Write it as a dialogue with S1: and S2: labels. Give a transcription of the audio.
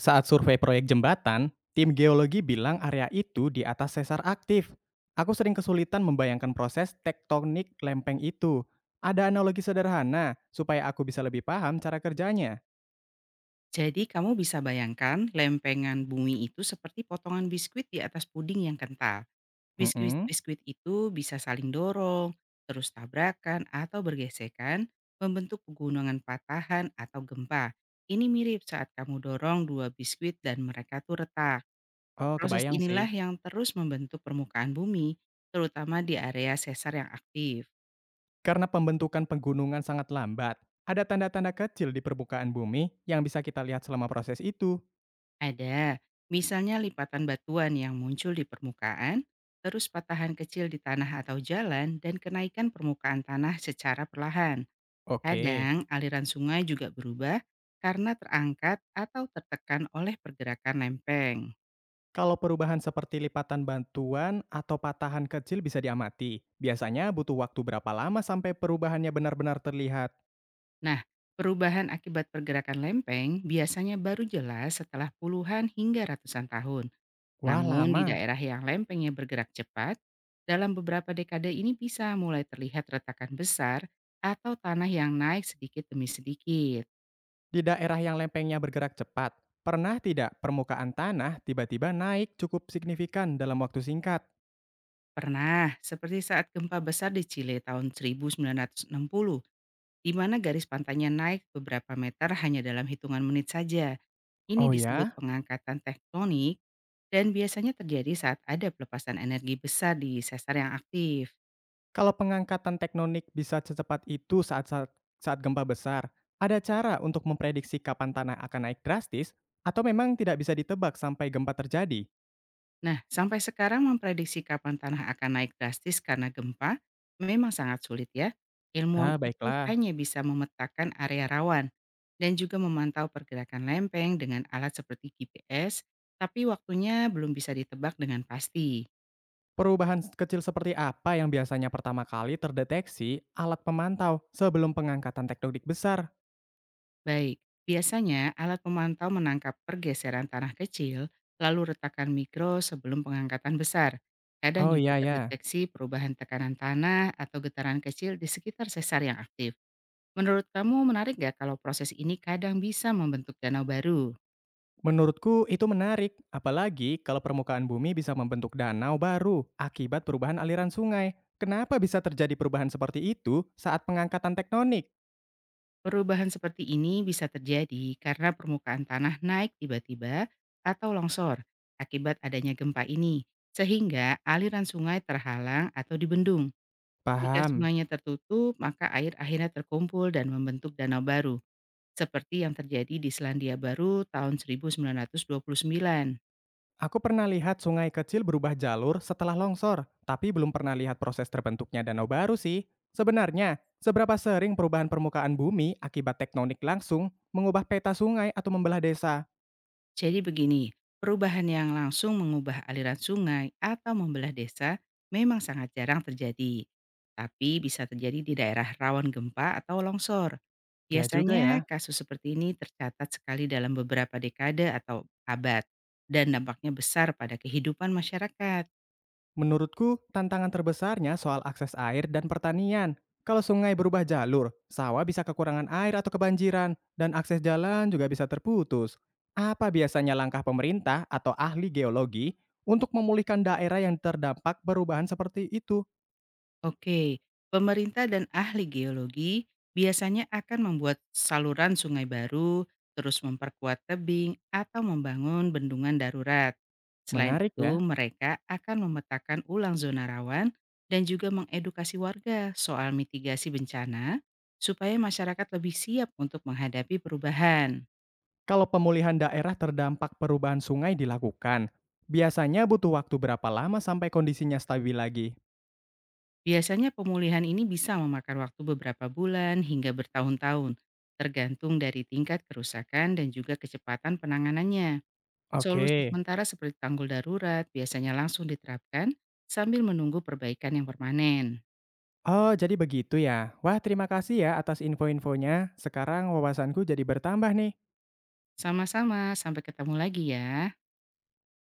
S1: Saat survei proyek jembatan, tim geologi bilang area itu di atas sesar aktif. Aku sering kesulitan membayangkan proses tektonik lempeng itu. Ada analogi sederhana supaya aku bisa lebih paham cara kerjanya.
S2: Jadi kamu bisa bayangkan lempengan bumi itu seperti potongan biskuit di atas puding yang kental.
S1: Mm-mm.
S2: Biskuit-biskuit itu bisa saling dorong, terus tabrakan atau bergesekan, membentuk pegunungan patahan atau gempa. Ini mirip saat kamu dorong dua biskuit dan mereka tuh retak.
S1: Oh,
S2: Proses
S1: kebayang sih.
S2: inilah yang terus membentuk permukaan bumi, terutama di area sesar yang aktif.
S1: Karena pembentukan pegunungan sangat lambat, ada tanda-tanda kecil di permukaan bumi yang bisa kita lihat selama proses itu.
S2: Ada, misalnya lipatan batuan yang muncul di permukaan, terus patahan kecil di tanah atau jalan, dan kenaikan permukaan tanah secara perlahan.
S1: Oke.
S2: Kadang aliran sungai juga berubah karena terangkat atau tertekan oleh pergerakan lempeng.
S1: Kalau perubahan seperti lipatan bantuan atau patahan kecil bisa diamati. Biasanya butuh waktu berapa lama sampai perubahannya benar-benar terlihat?
S2: Nah, perubahan akibat pergerakan lempeng biasanya baru jelas setelah puluhan hingga ratusan tahun.
S1: Wah,
S2: Namun di
S1: lama.
S2: daerah yang lempengnya bergerak cepat, dalam beberapa dekade ini bisa mulai terlihat retakan besar atau tanah yang naik sedikit demi sedikit.
S1: Di daerah yang lempengnya bergerak cepat, pernah tidak permukaan tanah tiba-tiba naik cukup signifikan dalam waktu singkat?
S2: Pernah, seperti saat gempa besar di Chile tahun 1960, di mana garis pantainya naik beberapa meter hanya dalam hitungan menit saja. Ini
S1: Oh
S2: disebut
S1: ya?
S2: pengangkatan tektonik dan biasanya terjadi saat ada pelepasan energi besar di sesar yang aktif.
S1: Kalau pengangkatan teknonik bisa secepat itu saat saat, saat gempa besar, ada cara untuk memprediksi kapan tanah akan naik drastis atau memang tidak bisa ditebak sampai gempa terjadi?
S2: Nah, sampai sekarang memprediksi kapan tanah akan naik drastis karena gempa memang sangat sulit ya. Ilmuwan
S1: Ah,
S2: itu
S1: baiklah.
S2: hanya bisa memetakan area rawan dan juga memantau pergerakan lempeng dengan alat seperti GPS, tapi waktunya belum bisa ditebak dengan pasti.
S1: Perubahan kecil seperti apa yang biasanya pertama kali terdeteksi alat pemantau sebelum pengangkatan tektonik besar?
S2: Baik, biasanya alat pemantau menangkap pergeseran tanah kecil, lalu retakan mikro sebelum pengangkatan besar. Kadang
S1: Oh
S2: juga
S1: iya ya.
S2: terdeteksi perubahan tekanan tanah atau getaran kecil di sekitar sesar yang aktif. Menurut kamu menarik nggak kalau proses ini kadang bisa membentuk danau baru?
S1: Menurutku itu menarik, apalagi kalau permukaan bumi bisa membentuk danau baru akibat perubahan aliran sungai. Kenapa bisa terjadi perubahan seperti itu saat pengangkatan tektonik?
S2: Perubahan seperti ini bisa terjadi karena permukaan tanah naik tiba-tiba atau longsor akibat adanya gempa ini, sehingga aliran sungai terhalang atau dibendung. Jika
S1: Paham.
S2: sungainya tertutup, maka air akhirnya terkumpul dan membentuk danau baru, seperti yang terjadi di Selandia Baru tahun 1929.
S1: Aku pernah lihat sungai kecil berubah jalur setelah longsor, tapi belum pernah lihat proses terbentuknya danau baru sih. Sebenarnya, seberapa sering perubahan permukaan bumi akibat tektonik langsung mengubah peta sungai atau membelah desa?
S2: Jadi begini, perubahan yang langsung mengubah aliran sungai atau membelah desa memang sangat jarang terjadi. Tapi bisa terjadi di daerah rawan gempa atau longsor.
S1: Ya juga ya.
S2: Biasanya kasus seperti ini tercatat sekali dalam beberapa dekade atau abad dan dampaknya besar pada kehidupan masyarakat.
S1: Menurutku, tantangan terbesarnya soal akses air dan pertanian. Kalau sungai berubah jalur, sawah bisa kekurangan air atau kebanjiran, dan akses jalan juga bisa terputus. Apa biasanya langkah pemerintah atau ahli geologi untuk memulihkan daerah yang terdampak perubahan seperti itu?
S2: Oke, pemerintah dan ahli geologi biasanya akan membuat saluran sungai baru, terus memperkuat tebing, atau membangun bendungan darurat. Selain
S1: Menarik
S2: itu,
S1: ya.
S2: mereka akan memetakan ulang zona rawan dan juga mengedukasi warga soal mitigasi bencana, supaya masyarakat lebih siap untuk menghadapi perubahan.
S1: Kalau pemulihan daerah terdampak perubahan sungai dilakukan, biasanya butuh waktu berapa lama sampai kondisinya stabil lagi?
S2: Biasanya pemulihan ini bisa memakan waktu beberapa bulan hingga bertahun-tahun, tergantung dari tingkat kerusakan dan juga kecepatan penanganannya. Solusi
S1: Oke.
S2: sementara seperti tanggul darurat biasanya langsung diterapkan sambil menunggu perbaikan yang permanen.
S1: Oh, jadi begitu ya. Wah, terima kasih ya atas info-infonya. Sekarang wawasanku jadi bertambah nih.
S2: Sama-sama, sampai ketemu lagi ya.